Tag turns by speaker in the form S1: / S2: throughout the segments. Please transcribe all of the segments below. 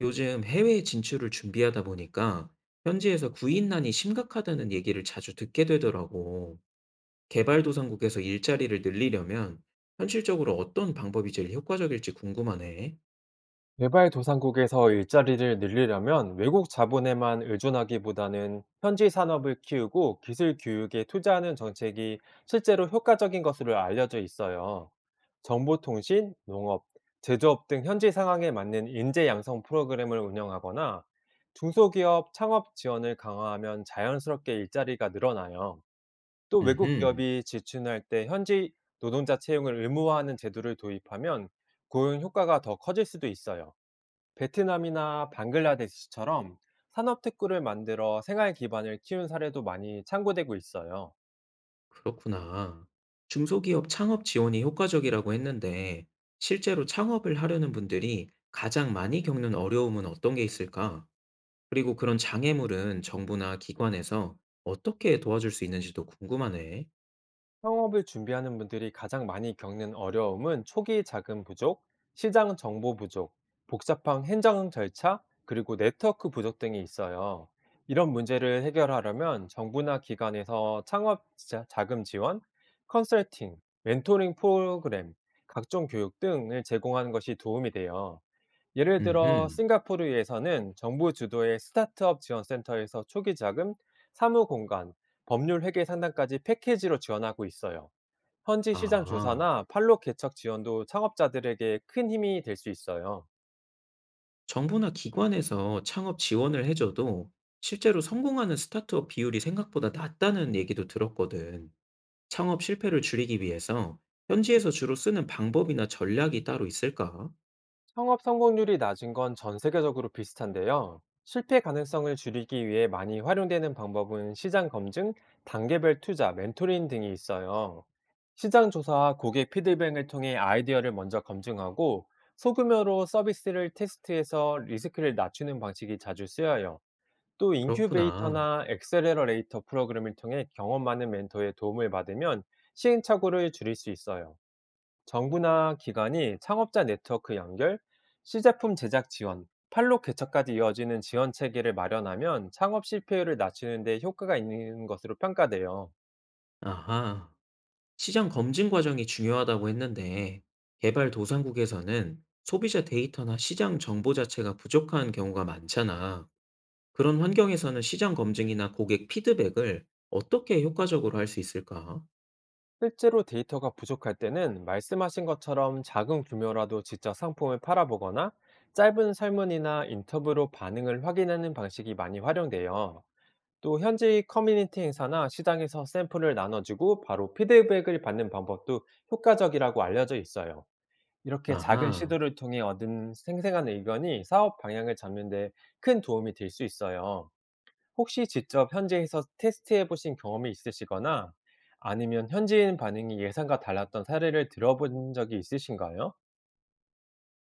S1: 요즘 해외 진출을 준비하다 보니까 현지에서 구인난이 심각하다는 얘기를 자주 듣게 되더라고. 개발도상국에서 일자리를 늘리려면 현실적으로 어떤 방법이 제일 효과적일지 궁금하네.
S2: 개발도상국에서 일자리를 늘리려면 외국 자본에만 의존하기보다는 현지 산업을 키우고 기술 교육에 투자하는 정책이 실제로 효과적인 것으로 알려져 있어요. 정보통신, 농업, 제조업 등 현지 상황에 맞는 인재 양성 프로그램을 운영하거나 중소기업 창업 지원을 강화하면 자연스럽게 일자리가 늘어나요. 또 외국
S1: 음흠,
S2: 기업이 지출할 때 현지 노동자 채용을 의무화하는 제도를 도입하면 고용 효과가 더 커질 수도 있어요. 베트남이나 방글라데시처럼 산업특구를 만들어 생활 기반을 키운 사례도 많이 창구되고 있어요.
S1: 그렇구나. 중소기업 창업 지원이 효과적이라고 했는데 실제로 창업을 하려는 분들이 가장 많이 겪는 어려움은 어떤 게 있을까? 그리고 그런 장애물은 정부나 기관에서 어떻게 도와줄 수 있는지도 궁금하네.
S2: 창업을 준비하는 분들이 가장 많이 겪는 어려움은 초기 자금 부족, 시장 정보 부족, 복잡한 행정 절차, 그리고 네트워크 부족 등이 있어요. 이런 문제를 해결하려면 정부나 기관에서 자금 지원, 컨설팅, 멘토링 프로그램, 각종 교육 등을 제공하는 것이 도움이 돼요. 예를 들어
S1: 음
S2: 싱가포르에서는 정부 주도의 스타트업 지원 센터에서 초기 자금, 사무 공간, 법률 회계 상담까지 패키지로 지원하고 있어요. 현지 시장
S1: 아.
S2: 조사나 판로 개척 지원도 창업자들에게 큰 힘이 될 수 있어요.
S1: 정부나 기관에서 창업 지원을 해 줘도 실제로 성공하는 스타트업 비율이 생각보다 낮다는 얘기도 들었거든. 창업 실패를 줄이기 위해서 현지에서 주로 쓰는 방법이나 전략이 따로 있을까?
S2: 창업 성공률이 낮은 건 전 세계적으로 비슷한데요. 실패 가능성을 줄이기 위해 많이 활용되는 방법은 시장 검증, 단계별 투자, 멘토링 등이 있어요. 시장 조사와 고객 피드백을 통해 아이디어를 먼저 검증하고 소규모로 서비스를 테스트해서 리스크를 낮추는 방식이 자주 쓰여요. 또
S1: 그렇구나.
S2: 인큐베이터나 액셀러레이터 프로그램을 통해 경험 많은 멘토의 도움을 받으면 시행착오를 줄일 수 있어요. 정부나 기관이 창업자 네트워크 연결, 시제품 제작 지원, 판로 개척까지 이어지는 지원 체계를 마련하면 창업 실패율을 낮추는 데 효과가 있는 것으로 평가돼요.
S1: 아하. 시장 검증 과정이 중요하다고 했는데 개발도상국에서는 소비자 데이터나 시장 정보 자체가 부족한 경우가 많잖아. 그런 환경에서는 시장 검증이나 고객 피드백을 어떻게 효과적으로 할 수 있을까?
S2: 실제로 데이터가 부족할 때는 말씀하신 것처럼 작은 규모라도 직접 상품을 팔아보거나 짧은 설문이나 인터뷰로 반응을 확인하는 방식이 많이 활용돼요. 또 현지 커뮤니티 행사나 시장에서 샘플을 나눠주고 바로 피드백을 받는 방법도 효과적이라고 알려져 있어요. 이렇게 작은
S1: 아하.
S2: 시도를 통해 얻은 생생한 의견이 사업 방향을 잡는 데 큰 도움이 될 수 있어요. 혹시 직접 현지에서 테스트해 보신 경험이 있으시거나 아니면 현지인 반응이 예상과 달랐던 사례를 들어본 적이 있으신가요?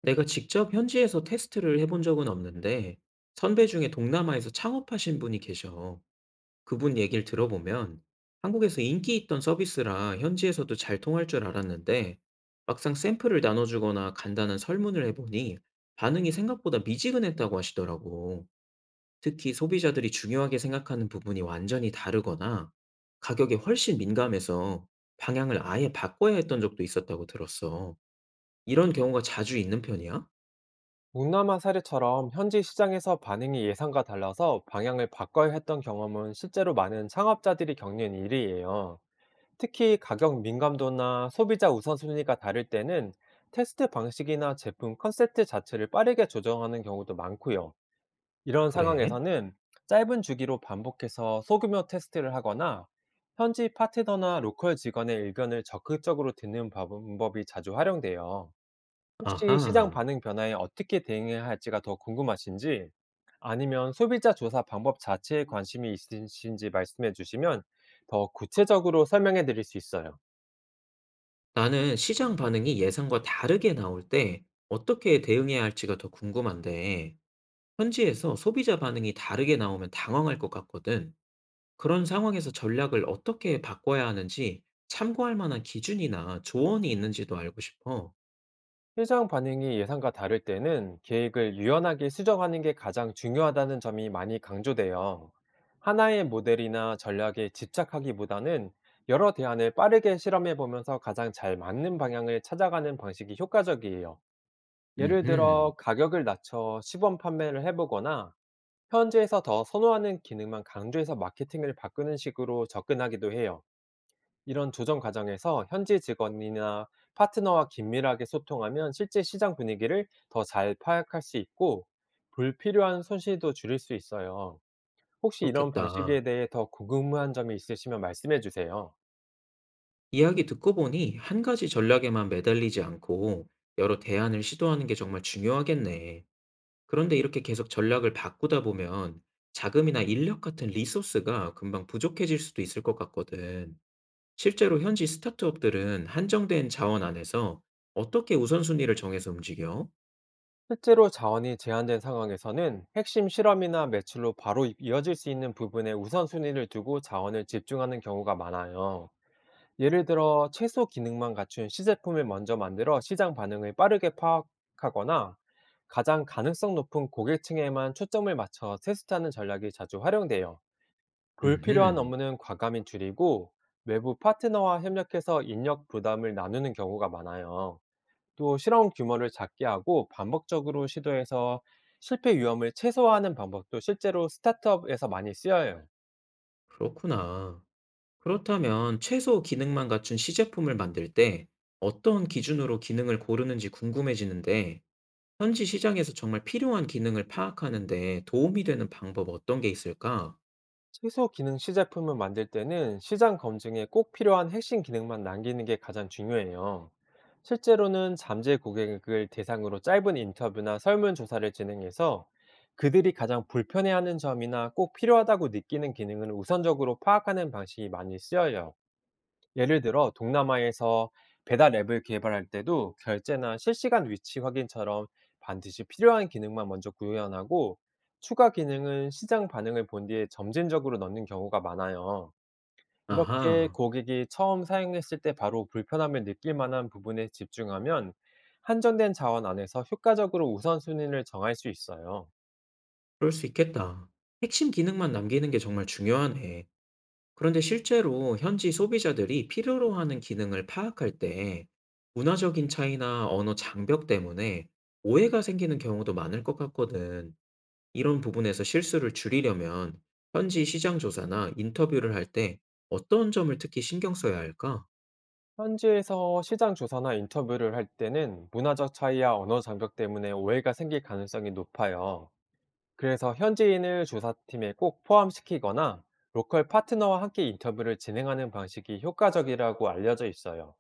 S1: 내가 직접 현지에서 테스트를 해본 적은 없는데 선배 중에 동남아에서 창업하신 분이 계셔. 그분 얘기를 들어보면 한국에서 인기 있던 서비스라 현지에서도 잘 통할 줄 알았는데 막상 샘플을 나눠주거나 간단한 설문을 해보니 반응이 생각보다 미지근했다고 하시더라고. 특히 소비자들이 중요하게 생각하는 부분이 완전히 다르거나 가격에 훨씬 민감해서 방향을 아예 바꿔야 했던 적도 있었다고 들었어. 이런 경우가 자주 있는 편이야?
S2: 동남아 사례처럼 현지 시장에서 반응이 예상과 달라서 방향을 바꿔야 했던 경험은 실제로 많은 창업자들이 겪는 일이에요. 특히 가격 민감도나 소비자 우선순위가 다를 때는 테스트 방식이나 제품 컨셉트 자체를 빠르게 조정하는 경우도 많고요. 이런
S1: 그래?
S2: 상황에서는 짧은 주기로 반복해서 소규모 테스트를 하거나 현지 파트너나 로컬 직원의 의견을 적극적으로 듣는 방법이 자주 활용돼요. 혹시 시장
S1: 아하.
S2: 반응 변화에 어떻게 대응해야 할지가 더 궁금하신지 아니면 소비자 조사 방법 자체에 관심이 있으신지 말씀해 주시면 더 구체적으로 설명해 드릴 수 있어요.
S1: 나는 시장 반응이 예상과 다르게 나올 때 어떻게 대응해야 할지가 더 궁금한데, 현지에서 소비자 반응이 다르게 나오면 당황할 것 같거든. 그런 상황에서 전략을 어떻게 바꿔야 하는지 참고할 만한 기준이나 조언이 있는지도 알고 싶어.
S2: 시장 반응이 예상과 다를 때는 계획을 유연하게 수정하는 게 가장 중요하다는 점이 많이 강조돼요. 하나의 모델이나 전략에 집착하기보다는 여러 대안을 빠르게 실험해 보면서 가장 잘 맞는 방향을 찾아가는 방식이 효과적이에요. 예를
S1: 음흠,
S2: 들어 가격을 낮춰 시범 판매를 해보거나 현지에서 더 선호하는 기능만 강조해서 마케팅을 바꾸는 식으로 접근하기도 해요. 이런 조정 과정에서 현지 직원이나 파트너와 긴밀하게 소통하면 실제 시장 분위기를 더 잘 파악할 수 있고 불필요한 손실도 줄일 수 있어요. 혹시 이런
S1: 그렇겠다.
S2: 방식에 대해 더 궁금한 점이 있으시면 말씀해 주세요.
S1: 이야기 듣고 보니 한 가지 전략에만 매달리지 않고 여러 대안을 시도하는 게 정말 중요하겠네. 그런데 이렇게 계속 전략을 바꾸다 보면 자금이나 인력 같은 리소스가 금방 부족해질 수도 있을 것 같거든. 실제로 현지 스타트업들은 한정된 자원 안에서 어떻게 우선순위를 정해서 움직여?
S2: 실제로 자원이 제한된 상황에서는 핵심 실험이나 매출로 바로 이어질 수 있는 부분에 우선순위를 두고 자원을 집중하는 경우가 많아요. 예를 들어 최소 기능만 갖춘 시제품을 먼저 만들어 시장 반응을 빠르게 파악하거나 가장 가능성 높은 고객층에만 초점을 맞춰 테스트하는 전략이 자주 활용돼요. 불필요한
S1: 음흠,
S2: 업무는 과감히 줄이고 외부 파트너와 협력해서 인력 부담을 나누는 경우가 많아요. 또 실험 규모를 작게 하고 반복적으로 시도해서 실패 위험을 최소화하는 방법도 실제로 스타트업에서 많이 쓰여요.
S1: 그렇구나. 그렇다면 최소 기능만 갖춘 시제품을 만들 때 어떤 기준으로 기능을 고르는지 궁금해지는데 현지 시장에서 정말 필요한 기능을 파악하는데 도움이 되는 방법 어떤 게 있을까?
S2: 최소 기능 시제품을 만들 때는 시장 검증에 꼭 필요한 핵심 기능만 남기는 게 가장 중요해요. 실제로는 잠재 고객을 대상으로 짧은 인터뷰나 설문조사를 진행해서 그들이 가장 불편해하는 점이나 꼭 필요하다고 느끼는 기능을 우선적으로 파악하는 방식이 많이 쓰여요. 예를 들어 동남아에서 배달 앱을 개발할 때도 결제나 실시간 위치 확인처럼 반드시 필요한 기능만 먼저 구현하고 추가 기능은 시장 반응을 본 뒤에 점진적으로 넣는 경우가 많아요. 이렇게
S1: 아하.
S2: 고객이 처음 사용했을 때 바로 불편함을 느낄 만한 부분에 집중하면 한정된 자원 안에서 효과적으로 우선순위를 정할 수 있어요.
S1: 그럴 수 있겠다. 핵심 기능만 남기는 게 정말 중요하네. 그런데 실제로 현지 소비자들이 필요로 하는 기능을 파악할 때 문화적인 차이나 언어 장벽 때문에 오해가 생기는 경우도 많을 것 같거든. 이런 부분에서 실수를 줄이려면 현지 시장 조사나 인터뷰를 할 때 어떤 점을 특히 신경 써야 할까?
S2: 현지에서 시장 조사나 인터뷰를 할 때는 문화적 차이와 언어 장벽 때문에 오해가 생길 가능성이 높아요. 그래서 현지인을 조사팀에 꼭 포함시키거나 로컬 파트너와 함께 인터뷰를 진행하는 방식이 효과적이라고 알려져 있어요.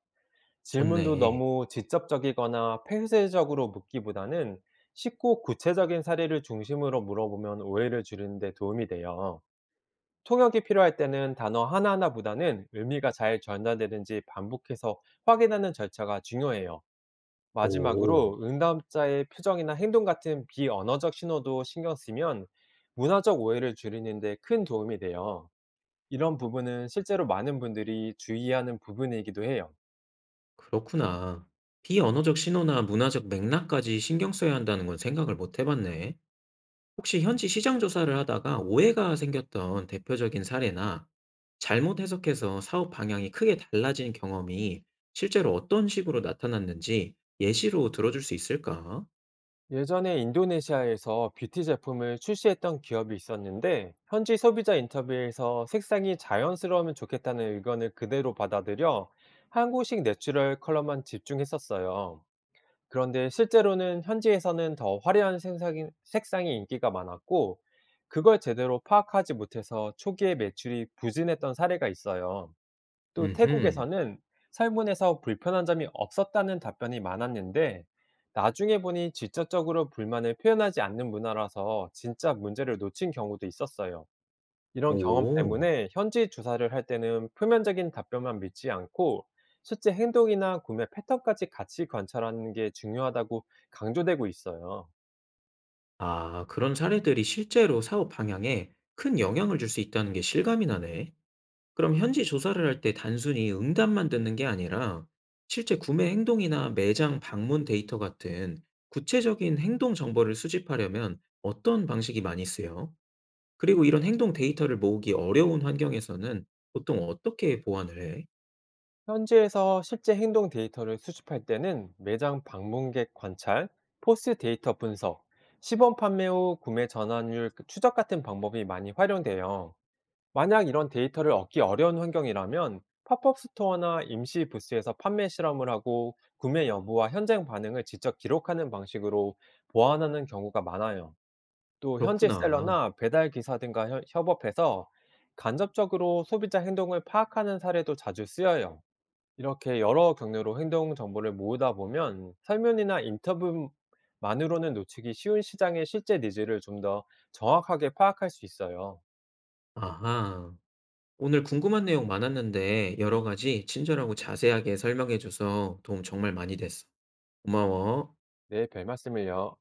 S2: 질문도
S1: 좋네.
S2: 너무 직접적이거나 폐쇄적으로 묻기보다는 쉽고 구체적인 사례를 중심으로 물어보면 오해를 줄이는 데 도움이 돼요. 통역이 필요할 때는 단어 하나하나보다는 의미가 잘 전달되는지 반복해서 확인하는 절차가 중요해요.
S1: 오,
S2: 마지막으로 응답자의 표정이나 행동 같은 비언어적 신호도 신경 쓰면 문화적 오해를 줄이는 데 큰 도움이 돼요. 이런 부분은 실제로 많은 분들이 주의하는 부분이기도 해요.
S1: 그렇구나. 비언어적 신호나 문화적 맥락까지 신경 써야 한다는 건 생각을 못 해봤네. 혹시 현지 시장 조사를 하다가 오해가 생겼던 대표적인 사례나 잘못 해석해서 사업 방향이 크게 달라진 경험이 실제로 어떤 식으로 나타났는지 예시로 들어줄 수 있을까?
S2: 예전에 인도네시아에서 뷰티 제품을 출시했던 기업이 있었는데 현지 소비자 인터뷰에서 색상이 자연스러우면 좋겠다는 의견을 그대로 받아들여 한국식 내추럴 컬러만 집중했었어요. 그런데 실제로는 현지에서는 더 화려한 색상이 인기가 많았고, 그걸 제대로 파악하지 못해서 초기에 매출이 부진했던 사례가 있어요. 또
S1: 음흠.
S2: 태국에서는 설문에서 불편한 점이 없었다는 답변이 많았는데, 나중에 보니 직접적으로 불만을 표현하지 않는 문화라서 진짜 문제를 놓친 경우도 있었어요. 이런 경험
S1: 오.
S2: 때문에 현지 주사를 할 때는 표면적인 답변만 믿지 않고 실제 행동이나 구매 패턴까지 같이 관찰하는 게 중요하다고 강조되고 있어요.
S1: 아, 그런 사례들이 실제로 사업 방향에 큰 영향을 줄 수 있다는 게 실감이 나네. 그럼 현지 조사를 할 때 단순히 응답만 듣는 게 아니라 실제 구매 행동이나 매장 방문 데이터 같은 구체적인 행동 정보를 수집하려면 어떤 방식이 많이 쓰여? 그리고 이런 행동 데이터를 모으기 어려운 환경에서는 보통 어떻게 보완을 해?
S2: 현지에서 실제 행동 데이터를 수집할 때는 매장 방문객 관찰, 포스 데이터 분석, 시범 판매 후 구매 전환율 추적 같은 방법이 많이 활용돼요. 만약 이런 데이터를 얻기 어려운 환경이라면 팝업 스토어나 임시 부스에서 판매 실험을 하고 구매 여부와 현장 반응을 직접 기록하는 방식으로 보완하는 경우가 많아요. 또 현지
S1: 그렇구나.
S2: 셀러나 배달 기사 등과 협업해서 간접적으로 소비자 행동을 파악하는 사례도 자주 쓰여요. 이렇게 여러 경로로 행동 정보를 모으다 보면 설문이나 인터뷰만으로는 놓치기 쉬운 시장의 실제 니즈를 좀 더 정확하게 파악할 수 있어요.
S1: 아하. 오늘 궁금한 내용 많았는데 여러 가지 친절하고 자세하게 설명해줘서 도움 정말 많이 됐어. 고마워.
S2: 네, 별 말씀을요.